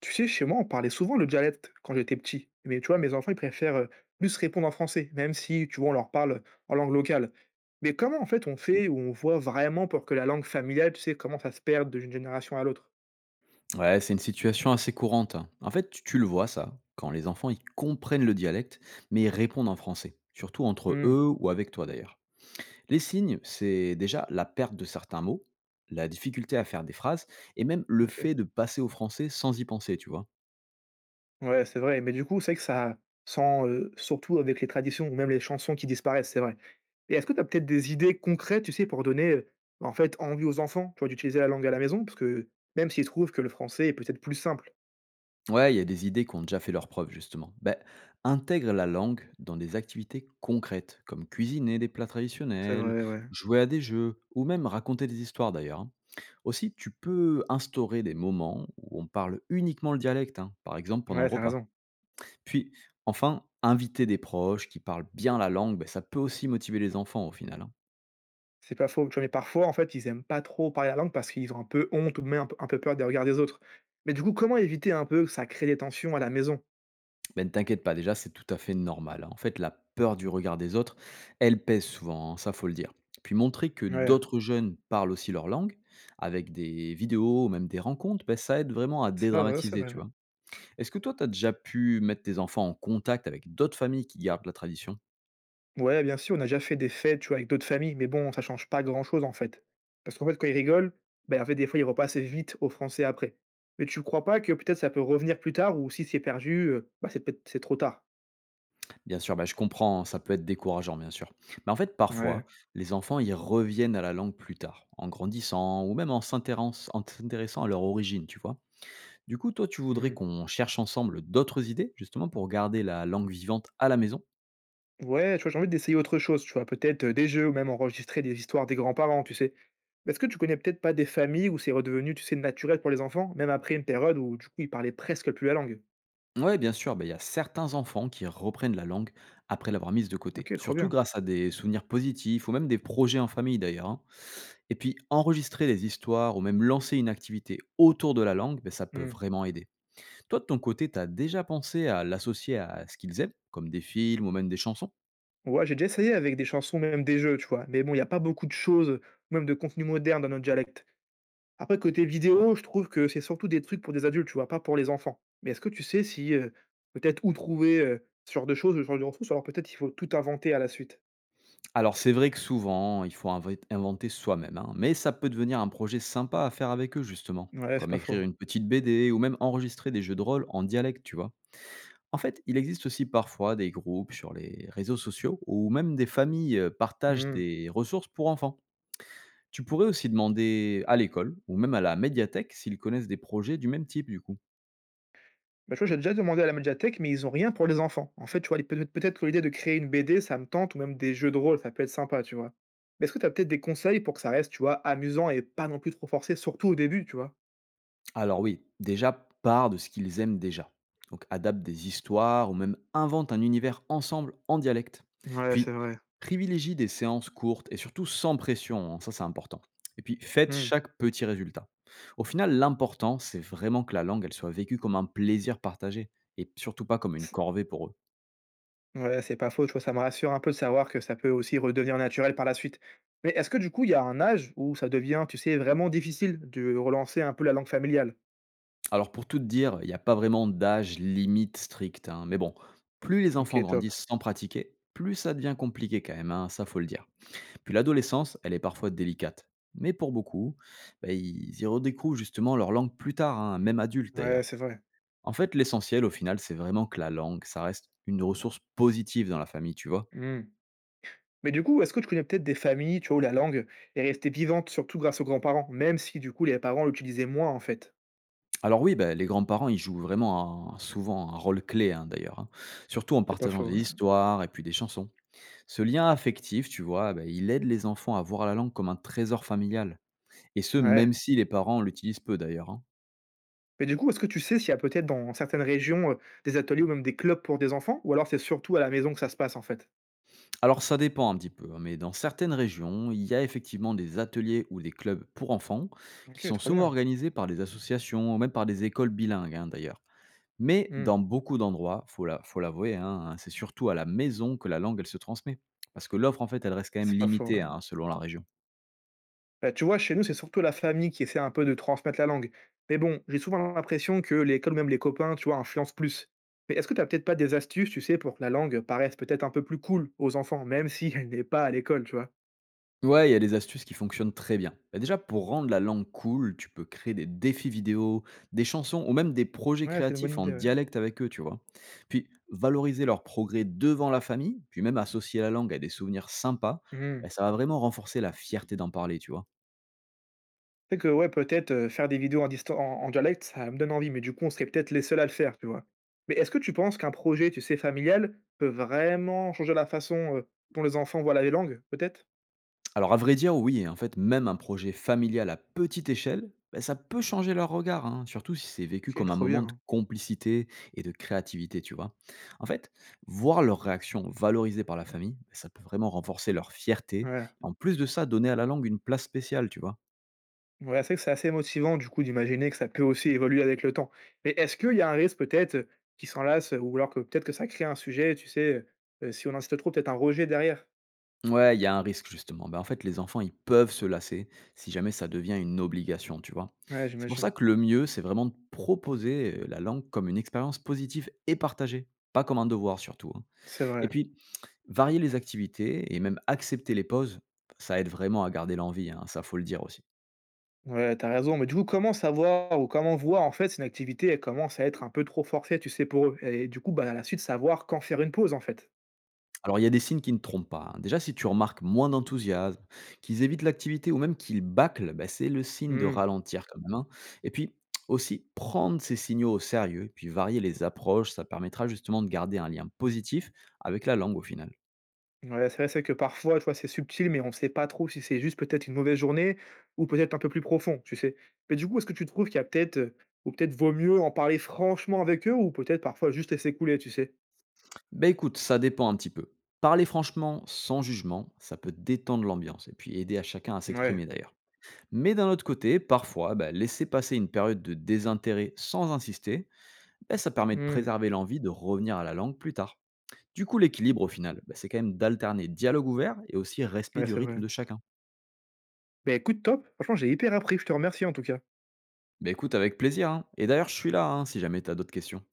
Tu sais, chez moi, on parlait souvent le dialecte quand j'étais petit. Mais tu vois, mes enfants, ils préfèrent plus répondre en français, même si, tu vois, on leur parle en langue locale. Mais comment, en fait, on fait ou on voit vraiment pour que la langue familiale, tu sais, comment ça se perde d'une génération à l'autre. Ouais, c'est une situation assez courante, hein. En fait, tu le vois ça, quand les enfants ils comprennent le dialecte, mais ils répondent en français, surtout entre Hmm, eux ou avec toi d'ailleurs. Les signes, c'est déjà la perte de certains mots, la difficulté à faire des phrases, et même le ok. fait de passer au français sans y penser, tu vois. Ouais, c'est vrai. Mais du coup, c'est vrai que ça sent surtout avec les traditions ou même les chansons qui disparaissent, c'est vrai. Et est-ce que tu as peut-être des idées concrètes, tu sais, pour donner en fait envie aux enfants, tu vois, d'utiliser la langue à la maison. Parce que même s'ils trouvent que le français est peut-être plus simple. Ouais, il y a des idées qui ont déjà fait leur preuve, justement. Ben, intègre la langue dans des activités concrètes, comme cuisiner des plats C'est traditionnels, vrai, ouais. jouer à des jeux, ou même raconter des histoires d'ailleurs, hein. Aussi, tu peux instaurer des moments où on parle uniquement le dialecte, hein, par exemple pendant Ouais, le t'as repas. raison. Puis, enfin, inviter des proches qui parlent bien la langue, ben, ça peut aussi motiver les enfants au final, hein. C'est pas faux, tu vois? Mais parfois, en fait, ils aiment pas trop parler la langue parce qu'ils ont un peu honte ou même un peu peur des regards des autres. Mais du coup, comment éviter un peu que ça crée des tensions à la maison? Ben, ne t'inquiète pas, déjà, c'est tout à fait normal, hein. En fait, la peur du regard des autres, elle pèse souvent, hein, ça faut le dire. Puis montrer que Ouais, d'autres jeunes parlent aussi leur langue, avec des vidéos ou même des rencontres, ben, ça aide vraiment à c'est pas vrai, c'est dédramatiser, vrai, tu ouais. vois. Est-ce que toi, tu as déjà pu mettre tes enfants en contact avec d'autres familles qui gardent la tradition? Ouais, bien sûr, on a déjà fait des fêtes, tu vois, avec d'autres familles, mais bon, ça change pas grand-chose, en fait. Parce qu'en fait, quand ils rigolent, ben, en fait, des fois, ils repassent vite au français après. Mais tu crois pas que peut-être ça peut revenir plus tard ou si c'est perdu, bah, c'est peut-être c'est trop tard? Bien sûr, bah, je comprends, ça peut être décourageant, bien sûr. Mais en fait, Ouais. parfois, les enfants y reviennent à la langue plus tard, en grandissant ou même en s'intéressant à leur origine, tu vois. Du coup, toi, tu voudrais Mmh. qu'on cherche ensemble d'autres idées, justement, pour garder la langue vivante à la maison? Ouais, tu vois, j'ai envie d'essayer autre chose, tu vois, peut-être, des jeux ou même enregistrer des histoires des grands-parents, tu sais? Est-ce que tu connais peut-être pas des familles où c'est redevenu, tu sais, naturel pour les enfants, même après une période où, du coup, ils parlaient presque plus la langue? Ouais, bien sûr, bah, il y a certains enfants qui reprennent la langue après l'avoir mise de côté, OK, trop surtout bien. grâce à des souvenirs positifs ou même des projets en famille d'ailleurs, hein. Et puis, enregistrer des histoires ou même lancer une activité autour de la langue, bah, ça peut Mmh. vraiment aider. Toi, de ton côté, tu as déjà pensé à l'associer à ce qu'ils aiment, comme des films ou même des chansons? Ouais, j'ai déjà essayé avec des chansons, même des jeux, tu vois? Mais bon, il y a pas beaucoup de choses, même de contenu moderne dans notre dialecte. Après, côté vidéo, je trouve que c'est surtout des trucs pour des adultes, tu vois, pas pour les enfants. Mais est-ce que tu sais si, peut-être où trouver, ce genre de choses, ce genre de ressources? Alors peut-être il faut tout inventer à la suite? Alors, c'est vrai que souvent, il faut inventer soi-même, hein, mais ça peut devenir un projet sympa à faire avec eux, justement, Ouais, c'est comme pas écrire faux. une petite BD ou même enregistrer des jeux de rôle en dialecte, tu vois. En fait, il existe aussi parfois des groupes sur les réseaux sociaux où même des familles partagent Mmh. des ressources pour enfants. Tu pourrais aussi demander à l'école ou même à la médiathèque s'ils connaissent des projets du même type, du coup. Bah, tu vois, j'ai déjà demandé à la médiathèque, mais ils ont rien pour les enfants. En fait, tu vois, peut-être que l'idée de créer une BD, ça me tente, ou même des jeux de rôle, ça peut être sympa, tu vois. Mais est-ce que tu as peut-être des conseils pour que ça reste, tu vois, amusant et pas non plus trop forcé, surtout au début, tu vois? Alors oui, déjà, part de ce qu'ils aiment déjà. Donc adapte des histoires ou même invente un univers ensemble en dialecte. Ouais, c'est Puis vrai. privilégie des séances courtes et surtout sans pression, hein, ça c'est important. Et puis faites Hmm. chaque petit résultat. Au final, l'important, c'est vraiment que la langue, elle soit vécue comme un plaisir partagé et surtout pas comme une C- corvée pour eux. Ouais, c'est pas faux, tu vois, ça me rassure un peu de savoir que ça peut aussi redevenir naturel par la suite. Mais est-ce que du coup, il y a un âge où ça devient, tu sais, vraiment difficile de relancer un peu la langue familiale? Alors pour tout te dire, il n'y a pas vraiment d'âge limite strict, hein, mais bon, plus les enfants Ok, top. grandissent sans pratiquer, plus ça devient compliqué quand même, hein, ça faut le dire. Puis l'adolescence, elle est parfois délicate. Mais pour beaucoup, bah, ils y redécouvrent justement leur langue plus tard, hein, même adulte Ouais, d'ailleurs. c'est vrai. En fait, l'essentiel au final, c'est vraiment que la langue, ça reste une ressource positive dans la famille, tu vois. Hmm. Mais du coup, est-ce que tu connais peut-être des familles, tu vois, où la langue est restée vivante, surtout grâce aux grands-parents, même si du coup les parents l'utilisaient moins en fait? Alors oui, bah, les grands-parents, ils jouent vraiment souvent un rôle clé, hein, d'ailleurs, hein. Surtout en C'est pas partageant faux, des ouais. histoires et puis des chansons. Ce lien affectif, tu vois, bah, il aide les enfants à voir la langue comme un trésor familial. Et ce, Ouais. même si les parents l'utilisent peu d'ailleurs, hein. Mais du coup, est-ce que tu sais s'il y a peut-être dans certaines régions, des ateliers ou même des clubs pour des enfants? Ou alors c'est surtout à la maison que ça se passe en fait? Alors ça dépend un petit peu, hein, mais dans certaines régions, il y a effectivement des ateliers ou des clubs pour enfants qui OK, sont trop souvent bien. organisés par des associations ou même par des écoles bilingues, hein, d'ailleurs. Mais Mmh. dans beaucoup d'endroits, faut l'avouer, hein, hein, c'est surtout à la maison que la langue elle se transmet. Parce que l'offre en fait elle reste quand même C'est pas faux, limitée, ouais. hein, selon la région. Bah, tu vois, chez nous, c'est surtout la famille qui essaie un peu de transmettre la langue. Mais bon, j'ai souvent l'impression que l'école ou même les copains, tu vois, influencent plus. Mais est-ce que tu as peut-être pas des astuces, tu sais, pour que la langue paraisse peut-être un peu plus cool aux enfants, même si elle n'est pas à l'école, tu vois? Ouais, il y a des astuces qui fonctionnent très bien. Bah, déjà, pour rendre la langue cool, tu peux créer des défis vidéo, des chansons ou même des projets Ouais, c'est une créatifs bonne en idée, ouais. dialecte avec eux, tu vois. Puis, valoriser leur progrès devant la famille, puis même associer la langue à des souvenirs sympas, Mmh. bah, ça va vraiment renforcer la fierté d'en parler, tu vois. C'est que ouais, peut-être, faire des vidéos en dialecte, ça me donne envie, mais du coup, on serait peut-être les seuls à le faire, tu vois? Mais est-ce que tu penses qu'un projet, tu sais, familial, peut vraiment changer la façon, dont les enfants voient la langue, peut-être? Alors à vrai dire, oui, en fait, même un projet familial à petite échelle, bah, ça peut changer leur regard, hein, surtout si c'est vécu C'est comme un trop moment de bien. complicité et de créativité, tu vois. En fait, voir leur réaction valorisée par la famille, bah, ça peut vraiment renforcer leur fierté. Ouais. En plus de ça, donner à la langue une place spéciale, tu vois. Ouais, c'est vrai que c'est assez motivant, du coup, d'imaginer que ça peut aussi évoluer avec le temps. Mais est-ce qu'il y a un risque, peut-être, qu'ils s'en lassent, ou alors que peut-être que ça crée un sujet, tu sais, si on insiste trop, peut-être un rejet derrière? Ouais, il y a un risque justement. Ben en fait, les enfants, ils peuvent se lasser si jamais ça devient une obligation, tu vois. Ouais, C'est pour j'imagine. ça que le mieux, c'est vraiment de proposer la langue comme une expérience positive et partagée, pas comme un devoir surtout, hein. C'est Et vrai. puis, varier les activités et même accepter les pauses, ça aide vraiment à garder l'envie, hein, ça faut le dire aussi. Ouais, t'as raison, mais du coup, comment savoir ou comment voir en fait si une activité elle commence à être un peu trop forcée, tu sais, pour eux? Et du coup, bah, à la suite, savoir quand faire une pause en fait. Alors il y a des signes qui ne trompent pas, hein. Déjà, si tu remarques moins d'enthousiasme, qu'ils évitent l'activité ou même qu'ils bâclent, bah, c'est le signe de Mmh. ralentir quand même, hein. Et puis aussi, prendre ces signaux au sérieux, et puis varier les approches, ça permettra justement de garder un lien positif avec la langue au final. Ouais, c'est vrai, c'est que parfois, tu vois, c'est subtil, mais on ne sait pas trop si c'est juste peut-être une mauvaise journée ou peut-être un peu plus profond, tu sais. Mais du coup, est-ce que tu trouves qu'il y a peut-être, ou peut-être vaut mieux en parler franchement avec eux ou peut-être parfois juste laisser couler, tu sais? Bah écoute, ça dépend un petit peu. Parler franchement, sans jugement, ça peut détendre l'ambiance et puis aider à chacun à Ouais. s'exprimer d'ailleurs. Mais d'un autre côté, parfois, bah, laisser passer une période de désintérêt sans insister, bah, ça permet de Mmh. préserver l'envie de revenir à la langue plus tard. Du coup, l'équilibre au final, bah, c'est quand même d'alterner dialogue ouvert et aussi respect Ouais, du c'est rythme vrai. de chacun. Bah écoute, top. Franchement, j'ai hyper appris. Je te remercie en tout cas. Bah écoute, avec plaisir, hein. Et d'ailleurs, je suis là, hein, si jamais tu as d'autres questions.